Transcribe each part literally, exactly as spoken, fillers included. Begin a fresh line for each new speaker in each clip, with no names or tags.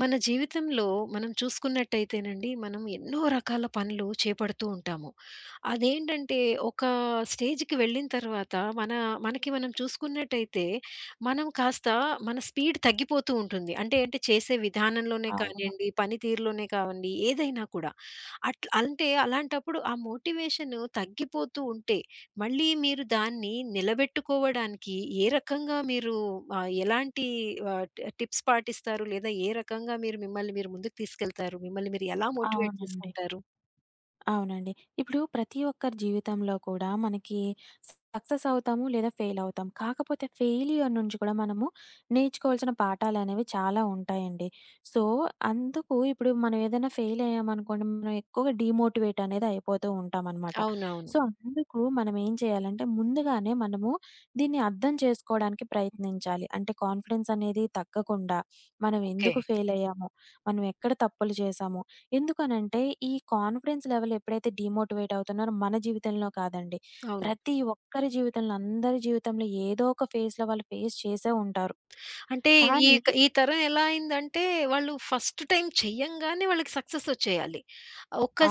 మన జీవితంలో మనం చూసుకున్నట్టయితేనండి, మనం ఎన్నో రకాల పనులు చేపడుతూ ఉంటాము. అదేంటంటే ఒక స్టేజ్‌కి వెళ్ళిన తర్వాత మన మనకి మనం చూసుకున్నట్టయితే, మనం కాస్త మన స్పీడ్ తగ్గిపోతూ ఉంటుంది. అంటే అంటే చేసే విధానంలోనే
అవును.
కానియండి, పనితీరులోనే కావండి ఏదైనా కూడా. అట్లా అంటే అలాంటప్పుడు ఆ మోటివేషన్ తగ్గిపోతూ ఉంటే మళ్ళీ మీరు దాన్ని నిలబెట్టుకోవడానికి ఏ రకంగా మీరు ఆహ్, ఎలాంటి ఆహ్, టి టిప్స్ పాటిస్తారు? లేదా ఏ రకంగా మీరు మిమ్మల్ని మీరు ముందుకు తీసుకెళ్తారు? మిమ్మల్ని మీరు ఎలా మోటివేట్
అవునండి.
చేసుకుంటారు?
అవునండి. ఇప్పుడు ప్రతి ఒక్కరి జీవితంలో కూడా మనకి సక్సెస్ అవుతాము లేదా ఫెయిల్ అవుతాం. కాకపోతే ఫెయిల్యూర్ నుంచి కూడా మనము నేర్చుకోవాల్సిన పాఠాలనేవి చాలా ఉంటాయండి. సో, అందుకు ఇప్పుడు మనం ఏదైనా ఫెయిల్ అయ్యామనుకోండి మనం ఎక్కువగా డీమోటివేట్ అనేది అయిపోతూ ఉంటామనమాట.
అవునవును.
సో, అందుకు మనం ఏం చేయాలంటే ముందుగానే మనము దీన్ని అర్థం చేసుకోవడానికి ప్రయత్నించాలి. అంటే కాన్ఫిడెన్స్ అనేది తగ్గకుండా మనం
ఓకే.
ఎందుకు ఫెయిల్ అయ్యాము? మనం ఎక్కడ తప్పులు చేశాము? ఎందుకనంటే, ఈ కాన్ఫిడెన్స్ లెవెల్ ఎప్పుడైతే డీమోటివేట్ అవుతున్నారో మన జీవితంలో కాదండి.
అవును.
ప్రతి ఒక్కరి జీవితంలో, అందరి జీవితంలో ఏదో ఒక ఫేజ్‌లో వాళ్ళు ఫేస్ చేసే ఉంటారు.
అంటే ఈ
కానీ
క ఈ తరం ఎలా అయిందంటే వాళ్ళు ఫస్ట్ టైమ్ చెయ్యంగానే వాళ్ళకి సక్సెస్ వచ్చేయాలి.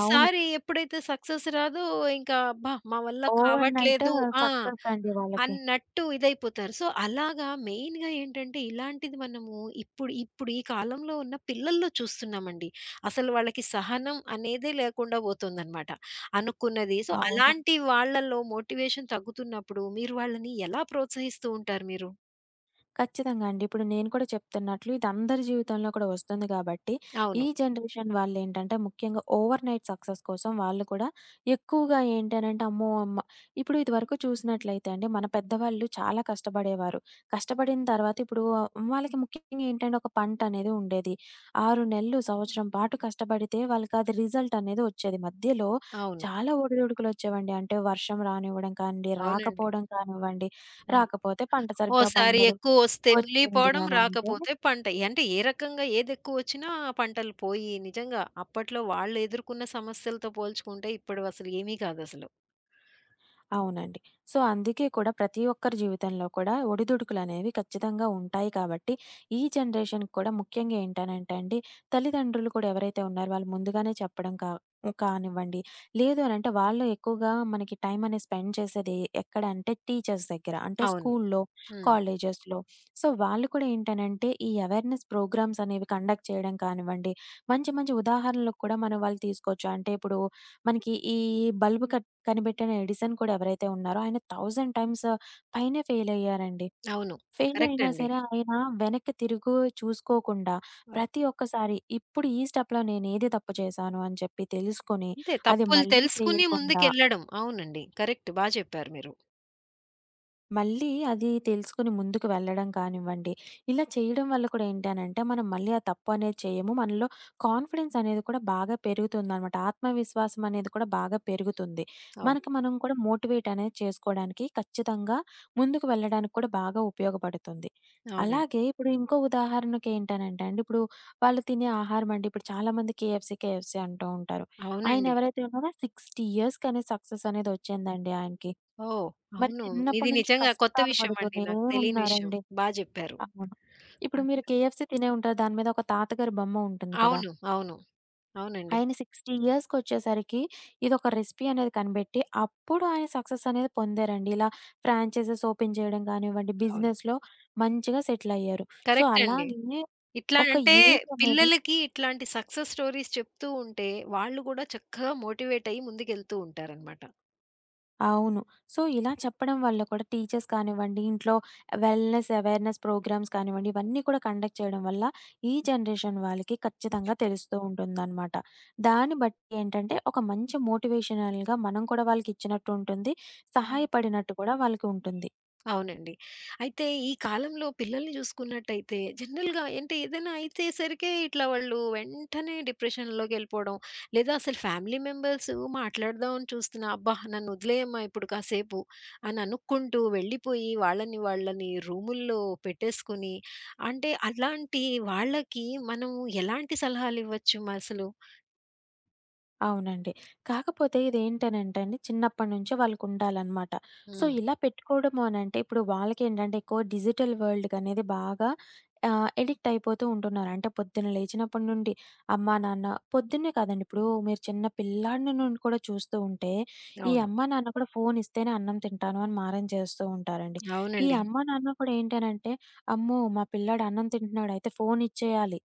అవును.
ఎప్పుడైతే సక్సెస్ రాదో ఇంకా అబ్బా! మా వల్ల
ఓవర్‌నైట్
కావట్లేదు ఆ!
సక్సెస్ అండి వాళ్ళకి.
అన్నట్టు ఇదైపోతారు. సో, అలాగా మెయిన్‌గా ఏంటంటే, ఇలాంటిది మనము ఇప్పుడు, ఇప్పుడు ఈ కాలంలో ఉన్న పిల్లల్లో చూస్తున్నామండి. అసలు వాళ్ళకి సహనం అనేదే లేకుండా పోతుందనమాట. అనుకున్నది. సో,
అవును.
అలాంటి వాళ్ళలో మోటివేషన్ తగ్గుతున్నప్పుడు మీరు వాళ్ళని ఎలా ప్రోత్సహిస్తూ ఉంటారు మీరు?
ఖచ్చితంగా అండి. ఇప్పుడు నేను కూడా చెప్తున్నట్లు ఇది అందరి జీవితంలో కూడా వస్తుంది కాబట్టి, ఈ
అవును.
జనరేషన్ వాళ్ళేంటంటే ముఖ్యంగా ఓవర్ నైట్ సక్సెస్ కోసం వాళ్ళు కూడా ఎక్కువగా ఏంటి అనంటే అమ్మో! అమ్మ ఇప్పుడు ఇదివరకు చూసినట్లయితే అండి మన పెద్దవాళ్ళు చాలా కష్టపడేవారు. కష్టపడిన తర్వాత ఇప్పుడు వాళ్ళకి ముఖ్యంగా ఏంటంటే ఒక పంట అనేది ఉండేది. ఆరు నెలలు, సంవత్సరం పాటు కష్టపడితే వాళ్ళకి అది రిజల్ట్ అనేది వచ్చేది. మధ్యలో
అవును.
చాలా ఒడిదుడుకులొచ్చేవండి. అంటే వర్షం రానివ్వడం కానివ్వండి,
అవునండి.
రాకపోవడం కానివ్వండి,
అవును.
రాకపోతే పంట సరిగ్గా
ఓసారి
పండదు.
ఎక్కువొస్తే
వచ్చింది
మునిగిపోవడం,
అనంటే?
రాకపోతే పంట. అంటే ఏ రకంగా ఏదెక్కువొచ్చినా పంటలు పోయి నిజంగా అప్పట్లో వాళ్ళెదుర్కొన్న సమస్యలతో పోల్చుకుంటే ఇప్పుడు అసలు ఏమీ కాదసలు.
అవునండి. సో, అందుకే కూడా ప్రతి ఒక్కరి జీవితంలో కూడా ఒడిదుడుకులనేవి ఖచ్చితంగా ఉంటాయి కాబట్టి, ఈ జనరేషన్‌కి కూడా ముఖ్యంగా ఏంటనంటే అండి, తల్లిదండ్రులు కూడా ఎవరైతే ఉన్నారో వాళ్ళు ముందుగానే చెప్పడం కా కానివ్వండి, లేదు అనంటే వాళ్ళు ఎక్కువగా మనకి టైం అనేది స్పెండ్ చేసేది ఎక్కడ అంటే టీచర్స్ దగ్గర. అంటే
అవును.
స్కూల్లో,
హ్మ్.
కాలేజెస్‌లో. సో, వాళ్ళు కూడా ఏంటనంటే ఈ అవేర్‌నెస్ ప్రోగ్రామ్స్ అనేవి కండక్ట్ చేయడం కానివ్వండి, మంచి మంచి ఉదాహరణలు కూడా మనం వాళ్ళు తీసుకోవచ్చు. అంటే ఇప్పుడు మనకి ఈ బల్బ్ కట్ కనిపెట్టిన ఎడిసన్ కూడా ఎవరైతే ఉన్నారో ఆయన వెయ్యి టైమ్స్ పైనే ఫెయిల్ అయ్యారండి.
అవును.
ఫెయిల్
కరెక్ట్
అయినా
అండి.
సరే ఆయన వెనక్కి తిరుగు చూసుకోకుండా
అవ్
ప్రతి ఒక్కసారి ఇప్పుడు ఈ స్టెప్‌లో నేనేది తప్పు చేశాను అని చెప్పి తెలుసుకొని
అంతే
అది
తప్పులు
మళ్ళీ
తెలుసుకొని
చేయకుండా
ముందుకెళ్ళడం. అవునండి. కరెక్ట్ బా చెప్పారు మీరు.
మళ్ళీ అది తెలుసుకొని ముందుకు వెళ్ళడం కానివ్వండి. ఇలా చేయడం వల్ల కూడా ఏంటి అనంటే, మనం మళ్ళీ ఆ తప్పు అనేది చేయము. మనలో కాన్ఫిడెన్స్ అనేది కూడా బాగా పెరుగుతుందనమాట. ఆత్మవిశ్వాసం అనేది కూడా బాగా పెరుగుతుంది.
అవును.
మనకి మనం కూడా మోటివేట్ అనేది చేసుకోవడానికి ఖచ్చితంగా ముందుకు వెళ్ళడానికి కూడా బాగా ఉపయోగపడుతుంది.
అవునండి.
అలాగే ఇప్పుడు ఇంకో ఉదాహరణకి ఏంటనంటే అండి, ఇప్పుడు వాళ్ళు తినే ఆహారం అండి, ఇప్పుడు చాలామంది కేఎఫ్‌సీ, కేఎఫ్‌సీ అంటూ ఉంటారు. ఆయన
అవునండి.
ఎవరైతే ఉన్నారో అరవై ఇయర్స్‌కనేది సక్సెస్ అనేది వచ్చిందండి ఆయనకి.
ఓహ్!
మరి
అవును. ఇది
చిన్నప్పటి నుంచి
నిజంగా కొత్త
కష్టాలు
విషయం అండి.
పడుతూనే
నాకు తెలియని విషయం.
ఉన్నారండి.
బా చెప్పారు.
అవును. ఇప్పుడు మీరు కేఎఫ్‌సీ తినే ఉంటారు. దాని మీద ఒక తాతగారి బొమ్మ ఉంటుంది కదా!
అవును. అవును. అవునండి.
ఆయన అరవై ఇయర్స్‌కొచ్చేసరికి ఇదొక రెసిపీ అనేది కనిపెట్టి, అప్పుడు ఆయన సక్సెస్ అనేది పొందారండి. ఇలా ఫ్రాంచైజెస్ ఓపెన్ చేయడం కానివ్వండి,
అవును.
బిజినెస్‌లో మంచిగా సెటిల్ అయ్యారు. సో,
కరెక్ట్ అండి.
అలాగే
ఇట్లా
ఒక
అంటే
ఏజ్ అనేది
పిల్లలకి ఇట్లాంటి సక్సెస్ స్టోరీస్ చెప్తూ ఉంటే, వాళ్ళు గూడా చక్కగా మోటివేట్ అయ్యి ముందుకెళ్తూ ఉంటారనమాట.
అవును. సో, ఇలా చెప్పడం వల్ల కూడా టీచర్స్ కానివ్వండి, ఇంట్లో వెల్‌నెస్ అవేర్‌నెస్ ప్రోగ్రామ్స్ కానివ్వండి, ఇవన్నీ కూడా కండక్ట్ చేయడం వల్ల ఈ జనరేషన్ వాళ్ళకి ఖచ్చితంగా తెలుస్తూ ఉంటుందనమాట. దాన్ని బట్టి ఏంటంటే, ఒక మంచి మోటివేషనల్‌గా మనం కూడా వాళ్ళకిచ్చినట్టు ఉంటుంది.
అవును.
సహాయపడినట్టు కూడా వాళ్ళకి ఉంటుంది.
అవునండి. అయితే ఈ కాలంలో పిల్లల్ని చూసుకున్నట్టయితే జనరల్‌గా అంటే ఏదైనా అయితే సరికే ఇట్లా వాళ్ళు వెంటనే డిప్రెషన్‌లోకెళ్ళిపోవడం. లేదా అసలు ఫ్యామిలీ మెంబర్స్ మాట్లాడదామని చూస్తున్నా, అబ్బా! నన్ను వదిలేయమ్మా ఇప్పుడు కాసేపు అని అనుకుంటూ వెళ్ళిపోయి వాళ్ళని, వాళ్ళని రూముల్లో పెట్టేసుకొని అంటే అలాంటి వాళ్ళకి మనం ఎలాంటి సలహాలివ్వచ్చు అసలు?
అవునండి. కాకపోతే ఇదేంటనంటే అండి చిన్నప్పటి నుంచే వాళ్ళకుండాలనమాట. సో,
హ్మ్.
ఇలా పెట్టుకోవడము అనంటే ఇప్పుడు వాళ్ళకేంటంటే ఎక్కువ డిజిటల్ వరల్డ్‌కనేది బాగా ఆహ్, ఎడిక్ట్ అయిపోతూ ఉంటున్నారు. అంటే పొద్దున లేచినప్పటి నుండి అమ్మా, నాన్న పొద్దున్నే కాదండి. ఇప్పుడు మీరు చిన్న పిల్లాడిని నుండి కూడా చూస్తూ ఉంటే ఈ
అవును.
అమ్మా, నాన్న కూడా ఫోన్ ఇస్తేనే అన్నం తింటాను అని మారం చేస్తూ ఉంటారండి. ఈ
అవునండి.
అమ్మా, నాన్న కూడా ఏంటనంటే అమ్మో! మా పిల్లాడు అన్నం తింటున్నాడు అయితే ఫోన్ ఇచ్చేయాలి.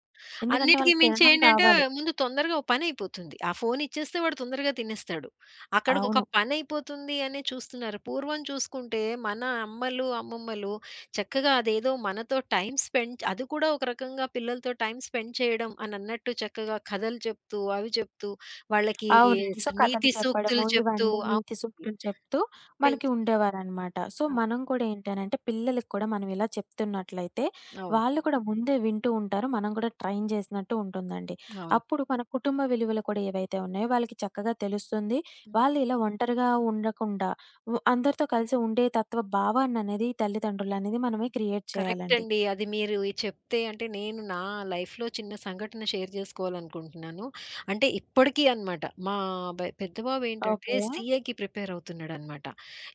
ఎందుకంటే
అన్నిటికి
వాళ్ళకి
మించి
తినడం
ఏంటంటే
కావాలి.
ముందు తొందరగా ఓ పనయిపోతుంది. ఆ ఫోను ఇచ్చేస్తే వాడు తొందరగా తినేస్తాడు. అక్కడికొక
అవును.
పనయిపోతుంది అనే చూస్తున్నారు. పూర్వం చూసుకుంటే మన అమ్మలు, అమ్మమ్మలు చక్కగా అదేదో మనతో టైమ్ స్పెండ్ అది కూడా ఒక రకంగా పిల్లలతో టైమ్ స్పెండ్ చేయడం అనన్నట్టు చక్కగా కథలు చెప్తూ, అవి చెప్తూ, వాళ్ళకి
అవునండి.
స్
సో, కథలు
నీతి సూక్తులు
చెప్పడము,
చెప్తూ
ఇవన్నీ నీతి
అవునండి.
సూక్తులు చెప్తూ మనకి
పెంచి
ఉండేవారనమాట. సో,
అవు
మనం కూడా ఏంటనంటే, పిల్లలకి కూడా మనం ఇలా చెప్తున్నట్లయితే,
అవును.
వాళ్ళు కూడా ముందే వింటూ ఉంటారు. మనం కూడా ట్రైన్ చేసినట్టు ఉంటుందండి.
అవును.
అప్పుడు మన కుటుంబ విలువలు కూడా ఏవైతే ఉన్నాయో, వాళ్ళకి చక్కగా తెలుస్తుంది. వాళ్ళు ఇలా ఒంటరిగా ఉండకుండా, వ్ అందరితో కలిసి ఉండే తత్వ భావాన్ననేది తల్లిదండ్రులనేది మనమే క్రియేట్
కరెక్ట్
చేయాలండి.
అండి. అది మీరు ఈ చెప్తే అంటే నేను నా లైఫ్‌లో చిన్న సంఘటన షేర్ చేసుకోవాలనుకుంటున్నాను. అంటే ఇప్పటికీ అన్నమాట. మా బ పెద్ద బాబు ఏంటంటే
ఓకే.
సీఏకి ప్రిపేర్ అవుతున్నాడన్నమాట.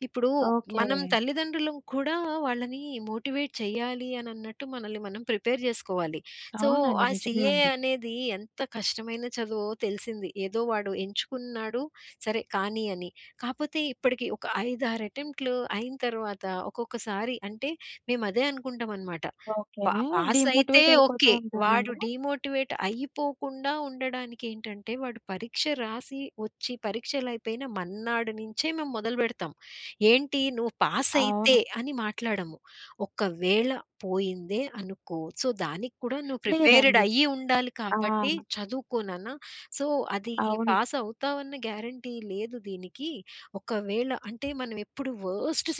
ఇప్పుడు
ఓకే.
మనం తల్లిదండ్రులం కూడా వాళ్ళని మోటివేట్ చేయాలి అని అన్నట్టు మనల్ని మనం ప్రిపేర్ చేసుకోవాలి. సో,
అవునండి.
ఆ
నిజమే
సీఏ
అండి.
అనేది ఎంత కష్టమైన చదువో తెలిసింది. ఏదో వాడు ఎంచుకున్నాడు సరే కానీ అని. కాపోతే ఇప్పటికి ఒక ఐదు, ఆరు అటెంప్ట్‌లు అయిన తర్వాత ఒక్కొక్కసారి అంటే మేమదే అనుకుంటామనమాట.
ఓకే.
పా పాసయితే
డీమోటివేట్ అయిపోతూ
ఓకే. వాడు
ఉంటారండి.
డీమోటివేట్ అయిపోకుండా ఉండడానికేంటంటే, వాడు పరీక్ష రాసి వచ్చి పరీక్షలయిపోయిన మన్నాడు నుంచే మేము మొదలుబెడతాం. ఏంటి నువ్వు పాసయితే
అవును.
అని మాట్లాడము. ఒకవేళ పోయిందే అనుకో. సో, దానికి కూడా నువ్వు ప్రిపేర్డ్
లేదండి.
అయ్యి ఉండాలి
ఆ!
కాబట్టి చదువుకో నాన్న. సో, అది
అవును.
పాసవుతావన్న గ్యారంటీ లేదు దీనికి. ఒకవేళ అంటే మనమెప్పుడు వరస్ట్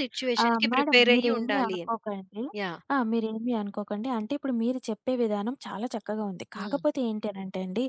ఆ!
సిట్యుయేషన్‌కి
మేడం
ప్రిపేరయ్యి
మీరేమి
ఉండాలి అని.
అనుకోకండి.
యాహ్!
ఆ! మీరేమి అనుకోకండి. అంటే ఇప్పుడు మీరు చెప్పే విధానం చాలా చక్కగా ఉంది.
హ్మ్.
కాకపోతే ఏంటి అనంటే అండి,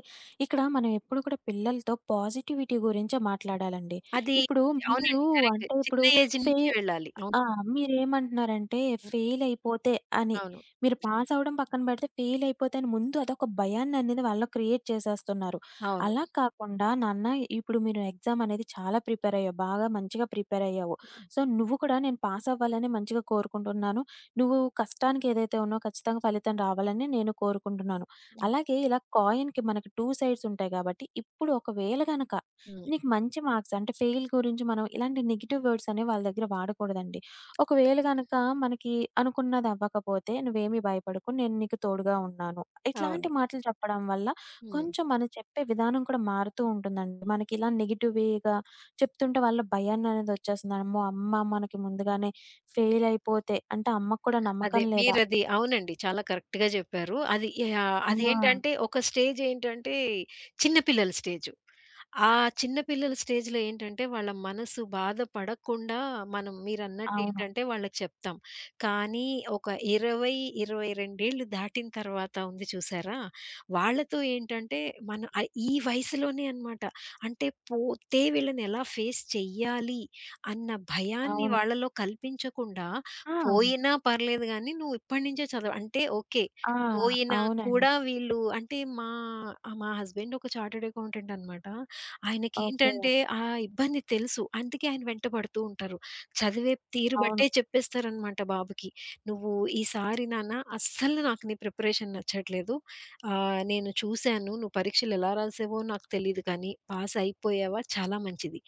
ఇక్కడ మనం ఎప్పుడు కూడా పిల్లలతో పాజిటివిటీ గురించే మాట్లాడాలండి.
అది
ఇప్పుడు మీరు
అవునండి. కరెక్టే.
అంటే
చిన్న
ఇప్పుడు
ఏజ్
ఫే
నుంచి వెళ్ళాలి. అవును.
ఆ! మీరేమంటున్నారంటే
హ్మ్.
ఫెయిలయిపోతే అని,
అవును.
మీరు పాసవ్వడం పక్కన పెడితే ఫెయిలయిపోతే అని ముందు అదొక భయాన్ననేది వాళ్ళలో క్రియేట్ చేసేస్తున్నారు.
అవును.
అలా కాకుండా నాన్న ఇప్పుడు మీరు ఎగ్జామనేది చాలా ప్రిపేరయ్యావు. బాగా మంచిగా ప్రిపేరయ్యావు. సో, నువ్వు కూడా నేను పాసవ్వాలని మంచిగా కోరుకుంటున్నాను. నువ్వు కష్టానికేదైతే ఉన్నావో ఖచ్చితంగా ఫలితం రావాలని నేను కోరుకుంటున్నాను.
హ్మ్.
అలాగే ఇలా కాయిన్‌కి మనకి రెండు సైడ్స్ ఉంటాయి కాబట్టి, ఇప్పుడు ఒకవేళ గనక
హ్మ్.
నీకు మంచి మార్క్స్ అంటే ఫెయిల్ గురించి మనం ఇలాంటి నెగెటివ్ వర్డ్స్ అనేవి వాళ్ళ దగ్గర వాడకూడదండి. ఒకవేళ గనక మనకి అనుకున్నది అవ్వకపోతే నువ్వేమీ భయపడకు. నేను నీకు తోడుగా ఉన్నాను.
అవును.
ఇట్లాంటి మాటలు చెప్పడం వల్ల
హ్మ్.
కొంచెం మనం చెప్పే విధానం కూడా మారుతూ ఉంటుందండి. మనకి ఇలా నెగెటివ్‌గా చెప్తుంటే వాళ్ళ భయాన్ననేది వచ్చేస్తుంది. అమ్మో! అమ్మ మనకి ముందుగానే ఫెయిల్ అయిపోతే అంటే అమ్మకు కూడా
అదే
నమ్మకం లేదా?
మీరది అవునండి. చాలా కరెక్ట్‌గా చెప్పారు. అది యాహ్!
ఆ!
అదేంటంటే ఒక స్టేజ్ ఏంటంటే చిన్న పిల్లల స్టేజు. ఆ చిన్న పిల్లల స్టేజ్‌లో ఏంటంటే, వాళ్ళ మనసు బాధ పడకుండా మనం
అవును.
మీరన్నట్టేంటంటే వాళ్ళకి చెప్తాం. కానీ ఒక ఇరవై, ఇరవై రెండు దాటిన తర్వాత ఉంది చూసారా? వాళ్ళతో ఏంటంటే మన ఆహ్, ఈ వయసులోనే అన్నమాట. అంటే పోతే వీళ్ళని ఎలా ఫేస్ చెయ్యాలి అన్న భయాన్ని
అవును.
వాళ్ళలో కల్పించకుండా,
ఆ!
పోయినా పర్లేదు గానీ నువ్వు ఇప్పటి నుంచే చదవ అంటే ఓకే.
ఆ!
పోయినా
అవునండి.
కూడా వీళ్ళు అంటే మా ఆ మా హస్బెండ్ ఒక చార్టర్డ్ అకౌంటెంట్ అన్నమాట.
ఓకే.
ఆయనకేంటంటే ఆ ఇబ్బంది తెలుసు. అందుకే ఆయన వెంటబడుతూ ఉంటారు. చదివే తీరు
అవును.
బట్టే చెప్పేస్తారనమాట బాబుకి. "నువ్వు ఈసారి నాన్న అస్సలు నాకు నీ ప్రిపరేషన్ నచ్చట్లేదు. ఆహ్, నేను చూసాను నువ్వు పరీక్షలు ఎలా రాసావో నాకు తెలీదు కానీ, పాస్ అయిపోయావా చాలా మంచిది.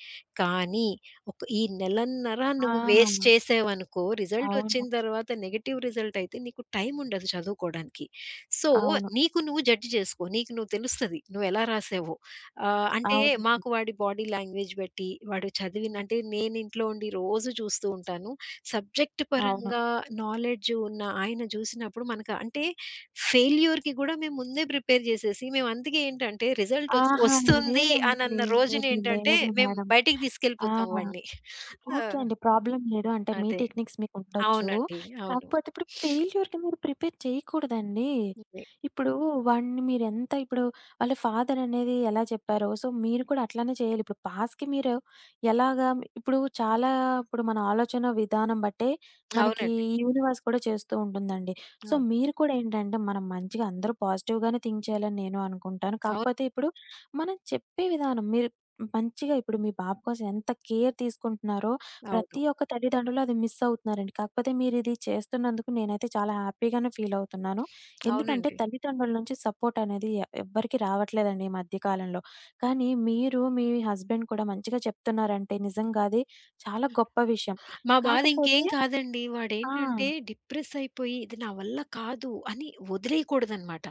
కానీ ఒక ఈ నెలన్నర
ఆ!
నువ్వు వేస్ట్
అవును.
చేసావనుకో రిజల్ట్ వచ్చిన తర్వాత నెగెటివ్ రిజల్ట్ అయితే నీకు టైం ఉండదు చదువుకోడానికి. సో,
అవును.
నీకు నువ్వు జడ్జ్ చేసుకో. నీకు నువ్వు తెలుస్తది నువ్వు ఎలా రాసావో." ఆహ్, అంటే
అవునండి.
మాకు వాడి బాడీ లాంగ్వేజ్ బట్టి, వాడు చదివిన అంటే నేను ఇంట్లో ఉండి రోజు చూస్తూ ఉంటాను. సబ్జెక్ట్
అవును.
పరంగా నాలెడ్జ్ ఉన్న ఆయన చూసినప్పుడు మనకు అంటే ఫెయిల్యూర్‌కి కూడా మేము ముందే ప్రిపేర్ చేసేసి మేము అందుకే ఏంటంటే రిజల్ట్ వస్
ఆహా!
వస్తుంది
లేదండి.
అనన్న
లేదు.
రోజునేంటంటే
లేదు
మేము
మేడం.
బయటికి
ఆ!
తీసుకెళ్ళిపోతాం వాడిని. ఆ!
ఓకే అండి. ప్రాబ్లమ్ లేదు. అంటే మీ
అదే.
టెక్నిక్స్ మీకుండొచ్చు.
అవునండి. అవును.
కాకపోతే ఇప్పుడు ఫెయిల్యూర్‌కి మీరు ప్రిపేర్ చేయకూడదండి.
అదే.
ఇప్పుడు వాడిని మీరెంత ఇప్పుడు వాళ్ళ ఫాదర్ అనేది ఎలా చెప్పారో, సో మీరు కూడా అట్లానే చేయాలి. ఇప్పుడు పాస్‌కి మీరు ఎలాగా ఇప్పుడు చాలా ఇప్పుడు మన ఆలోచన విధానం బట్టే మనకి
అవునండి.
యూనివర్స్ కూడా చేస్తూ ఉంటుందండి. సో
అవును.
మీరు కూడా ఏంటంటే మనం మంచిగా అందరూ పాజిటివ్‌గానే థింక్ చేయాలని నేను అనుకుంటాను.
అవును.
కాకపోతే ఇప్పుడు మనం చెప్పే విధానం మీరు మంచిగా ఇప్పుడు మీ బాబు కోసం ఎంత కేర్ తీసుకుంటున్నారో
అవును.
ప్రతి ఒక్క తల్లిదండ్రులు అది మిస్ అవుతున్నారండి. కాకపోతే మీరిది చేస్తున్నందుకు నేనైతే చాలా హ్యాపీగానే ఫీల్ అవుతున్నాను. ఎందుకంటే
అవునండి.
తల్లిదండ్రుల నుంచి సపోర్ట్ అనేది ఎ ఎవ్వరికీ రావట్లేదండి ఈ మధ్య కాలంలో. కానీ మీరు, మీ హస్బెండ్ కూడా మంచిగా చెప్తున్నారంటే నిజంగా అది చాలా గొప్ప విషయం.
మా బాధ ఇంకేం
కాకపోతే
కాదండి.
ఆ!
వాడేంటంటే డిప్రెస్ అయిపోయి ఇది నా వల్ల కాదు అని వదిలేయకూడదనమాట.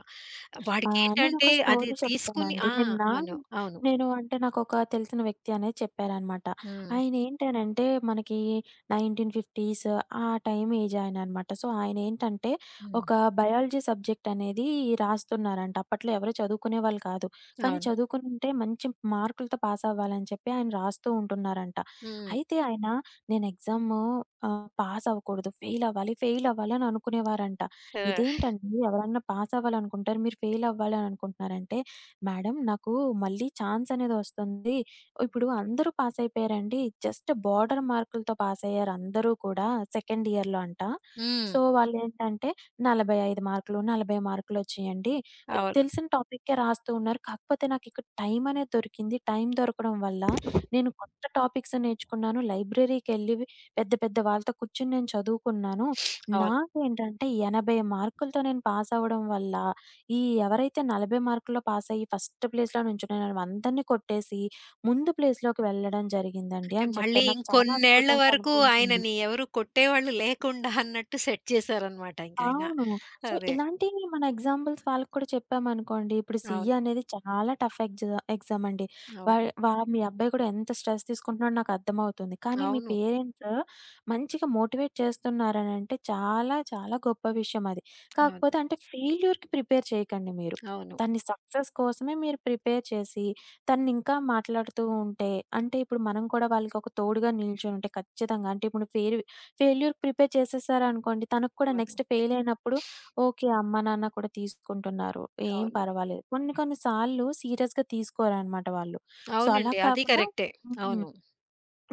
ఆ!
వాడికేంటంటే
నేనొక
అది
స్టోరీ
తీసుకుని
చెప్తానండి.
ఆ!
నిన్న
అవును. అవును.
నేను అంటే నాకొక తెలిసిన వ్యక్తి అనేది చెప్పారనమాట.
హ్మ్.
ఆయనేంటనంటే మనకి నైంటీన్ ఫిఫ్టీస్ ఆ టైం ఏజ్ ఆయననమాట. సో, ఆయనేంటంటే
హ్మ్.
ఒక బయాలజీ సబ్జెక్ట్ అనేది రాస్తున్నారంట. అప్పట్లో ఎవరు చదువుకునేవాళ్ళు కాదు. కానీ
అవును.
చదువుకునుంటే మంచి మార్కులతో పాస్ అవ్వాలని చెప్పి ఆయన రాస్తూ ఉంటున్నారంట.
హ్మ్.
అయితే ఆయన నేను ఎగ్జాము ఆహ్, పాస్ అవ్వకూడదు, ఫెయిల్ అవ్వాలి, ఫెయిల్ అవ్వాలి అని అనుకునేవారంట.
ఆ!
ఇదేంటండి ఎవరన్నా పాస్ అవ్వాలనుకుంటారు. మీరు ఫెయిల్ అవ్వాలి అని అనుకుంటున్నారంటే, "మేడం నాకు మళ్ళీ ఛాన్స్ అనేది వస్తుంది. ఇప్పుడు అందరూ పాస్ అయిపోయారండి. జస్ట్ బోర్డర్ మార్కులతో పాస్ అయ్యారు అందరూ కూడా సెకండ్ ఇయర్‌లో అంట.
హ్మ్.
సో, వాళ్ళేంటంటే నలభై ఐదు మార్కులు, నలభై మార్కులు వచ్చాయండి.
అవును.
తెలిసిన టాపిక్కే రాస్తూ ఉన్నారు. కాకపోతే నాకు ఇక్కడ టైం అనేది దొరికింది. టైం దొరకడం వల్ల నేను కొత్త టాపిక్స్ నేర్చుకున్నాను. లైబ్రరీకెళ్ళి పెద్ద పెద్ద వాళ్ళతో కూర్చొని నేను చదువుకున్నాను.
అవును.
నాకేంటంటే ఎనభై మార్కులతో నేను పాసవ్వడం వల్ల, ఈ ఎవరైతే నలభై మార్కుల్లో పాసయ్యి ఫస్ట్ ప్లేస్‌లో నుంచున్నారో అందరిని కొట్టేసి, ముందు ప్లేస్‌లోకి వెళ్ళడం జరిగిందండి
అంటే
అని
మళ్ళీ
చెప్పారు. నాకు చాలా
ఇంకొన్నేళ్ల
అద్భుతంగా
వరకు
అనిపించింది.
ఆయనని ఎవరు కొట్టేవాళ్ళు లేకుండా అన్నట్టు సెట్ చేశారనమాట ఇంకాయన.
అవును. సో,
అదే.
ఇలాంటివి మన ఎగ్జాంపుల్స్ వాళ్ళకి కూడా చెప్పామనుకోండి, ఇప్పుడు సీఏ
అవును.
అనేది చాలా టఫ్ ఎగ్జా ఎగ్జామ్ అండి. వా
అవును.
వా మీ అబ్బాయి కూడా ఎంత స్ట్రెస్ తీసుకుంటున్నాడో నాకర్థమవుతుంది. కానీ మీ
అవును.
పేరెంట్స్ మంచిగా మోటివేట్ చేస్తున్నారనంటే చాలా చాలా గొప్ప విషయం అది. కాకపోతే
అవును.
అంటే ఫెయిల్యూర్‌కి ప్రిపేర్ చేయకండి మీరు.
అవును.
తన్ని సక్సెస్ కోసమే మీరు ప్రిపేర్ చేసి, తన్నింకా మాట్లాడుతూ ఉంటే, అంటే ఇప్పుడు మనం కూడా వాళ్ళకొక తోడుగా నిల్చొనుంటే ఖచ్చితంగా అంటే ఇప్పుడు ఫెయిర్ ఫెయిల్యూర్ ప్రిపేర్ చేసేసారనుకోండి. తనకు కూడా
అవును.
నెక్స్ట్ ఫెయిల్ అయినప్పుడు ఓకే. అమ్మ, నాన్న కూడా తీసుకుంటున్నారు. ఏం
అవును.
పర్వాలేదు. కొన్ని కొన్ని సార్లు సీరియస్‌గా తీసుకోరనమాట వాళ్ళు. సో, అలా
అవునండి. అది
కాకుండా
కరెక్టే.
హ్మ్.
అవును.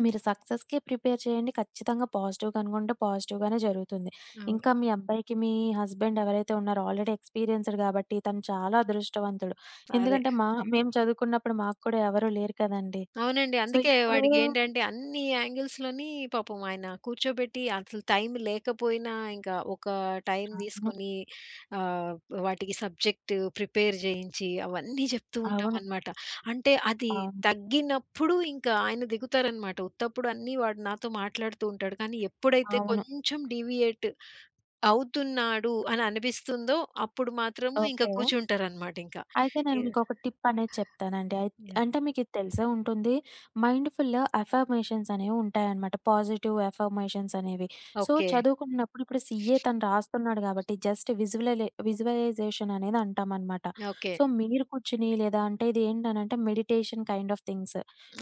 మీరు సక్సెస్‌కి ప్రిపేర్ చేయండి. ఖచ్చితంగా పాజిటివ్‌గా అనుకుంటే పాజిటివ్‌గానే జరుగుతుంది.
అవును.
ఇంకా మీ అబ్బాయికి మీ హస్బెండ్ ఎవరైతే ఉన్నారో ఆల్రెడీ ఎక్స్‌పీరియన్స్‌డ్ కాబట్టి తను చాలా అదృష్టవంతుడు.
అదే.
ఎందుకంటే మా మేము చదువుకున్నప్పుడు మాకు కూడా ఎవరు లేరు కదండీ!
అవునండి.
సో,
అందుకే
ఇప్పుడు
వాడికేంటంటే అన్ని యాంగిల్స్‌లోని పాపం ఆయన కూర్చోబెట్టి అసలు టైం లేకపోయినా ఇంకా ఒక టైం
అవును.
తీసుకొని ఆహ్, వాటికి సబ్జెక్ట్ ప్రిపేర్ చేయించి అవన్నీ చెప్తూ
అవును.
ఉంటామనమాట. అంటే అది
అవును.
తగ్గినప్పుడు ఇంకా ఆయన దిగుతారనమాట. ఉత్తప్పుడు అన్నీ వాడు నాతో మాట్లాడుతూ ఉంటాడు. కానీ ఎప్పుడైతే
అవును.
కొంచెం డీవియేట్ అవుతున్నాడు అని అనిపిస్తుందో అప్పుడు మాత్రము ఇంకా
ఓకే.
కూర్చుంటారనమాట ఇంకా.
అయితే నేను మీకొక టిప్ అనేది చెప్తానండి. అయి
యాహ్!
అంటే మీకిది తెలిసే ఉంటుంది. మైండ్‌ఫుల్ అఫర్మేషన్స్ అనేవుంటాయనమాట. పాజిటివ్ అఫర్మేషన్స్ అనేవి. So,
okay.
చదువుకుంటున్నప్పుడు ఇప్పుడు సీఏ తను రాస్తున్నాడు కాబట్టి జస్ట్ విజువలలే విజువలైజేషన్ అనేది అంటామనమాట.
ఓకే.
సో, మీరు కూర్చొని లేదా అంటే ఇదేంటనంటే meditation kind of things.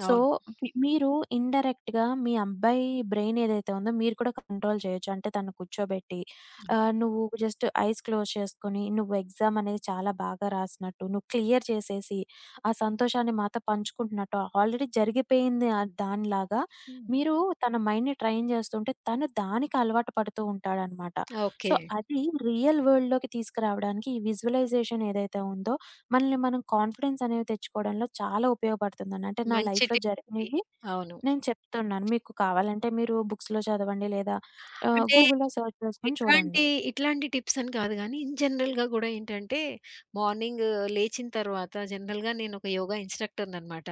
So,
అవును.
వి మీరు ఇండైరెక్ట్‌గా మీ అబ్బాయి బ్రెయిన్ ఏదైతే ఉందో మీరు కూడా కంట్రోల్ చేయొచ్చు. అంటే తనను కూర్చోబెట్టి ఆహ్, నువ్వు జస్ట్ ఐస్ క్లోజ్ చేసుకొని, నువ్వు ఎగ్జామ్ అనేది చాలా బాగా రాసినట్టు, నువ్వు క్లియర్ చేసేసి, ఆ సంతోషాన్ని మాతో పంచుకుంటున్నట్టు, ఆల్రెడీ జరిగిపోయింది ఆహ్, దానిలాగా మీరు తన మైండ్‌ని ట్రైన్ చేస్తుంటే, తను దానికి అలవాటు పడుతూ ఉంటాడనమాట.
ఓకే.
సో, అది రియల్ వరల్డ్‌లోకి తీసుకురావడానికి ఈ విజువలైజేషన్ ఏదైతే ఉందో, మనల్ని మనం కాన్ఫిడెన్స్ అనేవి తెచ్చుకోవడంలో చాలా ఉపయోగపడుతుందండి. అంటే నా
మంచి
లైఫ్‌లో
టిప్ ఇది.
జరిగినవి
అవును.
నేను చెప్తున్నాను. మీకు కావాలంటే మీరు బుక్స్‌లో చదవండి లేదా ఆహ్,
అంటే
గూగుల్‌లో సెర్చ్ చేసుకొని చూడండి.
ఎట్లాంటి ఇట్లాంటి టిప్స్ అని కాదు గానీ, ఇన్ జనరల్‌గా గూడా ఏంటంటే, మార్నింగ్ లేచిన తర్వాత జనరల్‌గా నేనొక యోగా ఇన్‌స్ట్రక్టర్‌ననమాట.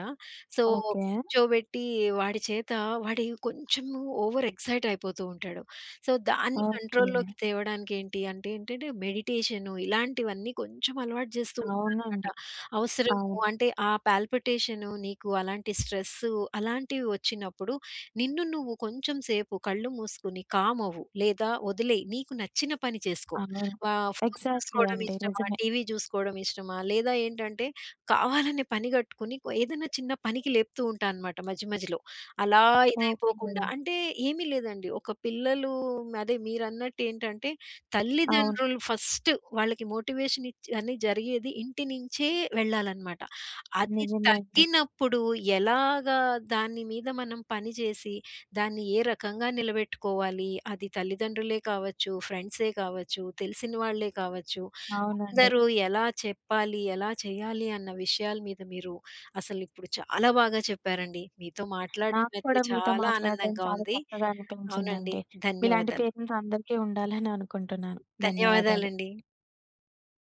So,
okay.
కూర్చోబెట్టి వాడి చేత వాడి కొంచెం ఓవర్ ఎక్సైట్ అయిపోతూ ఉంటాడు. సో, దాన్ని
ఓకే.
కంట్రోల్‌లోకి తేవడానికి ఏంటి అంటే ఏంటంటే, మెడిటేషను ఇలాంటివన్నీ కొంచెం అలవాటు జేస్తూ ఉంటాననమాట.
అవునండి.
అవసరము
అవును.
అంటే, ఆ పాల్పిటేషను నీకు అలాంటి స్ట్రెస్సు అలాంటివి వచ్చినప్పుడు నిన్ను నువ్వు కొంచెం సేపు కళ్ళు మూసుకొని కామ్ అవ్వు. లేదా వదిలేయి. నీకు నచ్చిన పని చేసుకో.
అవును.
వా ఫోను
ఎగ్జాక్ట్‌లీ
చూసుకోవడం
అండి.
ఇష్టమా?
నిజమే.
టీవీ చూసుకోవడం ఇష్టమా? లేదా ఏంటంటే కావాలనే పని గట్టుకొని కొ ఏదైనా చిన్న పనికి లేపుతూ ఉంటా అనమాట మధ్య మధ్యలో. అలా
ఓకే.
ఇదైపోకుండా అంటే ఏమీ లేదండి. ఒక పిల్లలు అదే మీరన్నట్టేంటంటే
అవును.
తల్లిదండ్రులు ఫస్ట్ వాళ్ళకి మోటివేషన్ ఇచ్చి అని జరిగేది ఇంటి నుంచే వెళ్ళాలనమాట. అది
నిజమే అండి.
తగ్గినప్పుడు ఎలాగా దాని మీద మనం పని చేసి, దాన్ని ఏ రకంగా నిలబెట్టుకోవాలి, అది తల్లిదండ్రులే కావచ్చు, ఫ్రెండ్సే కావచ్చు, తెలిసిన వాళ్ళే కావచ్చు,
అవునండి.
అందరూ ఎలా చెప్పాలి, ఎలా చేయాలి అన్న విషయాల మీద మీరు అసలిప్పుడు చాలా బాగా చెప్పారండి. మీతో మాట్లాడడం
నాకు
అయితే
కూడా మీతో
చాలా
మాట్లాడడం
ఆనందంగా
చాలా
ఉంది.
చక్కగా
అవునండి.
అనిపించిందండి. మీలాంటి
ధన్యవాదాలు.
పేరెంట్స్ అందరికీ ఉండాలని అనుకుంటున్నాను. ధన్యవాదాలు.
ధన్యవాదాలండి.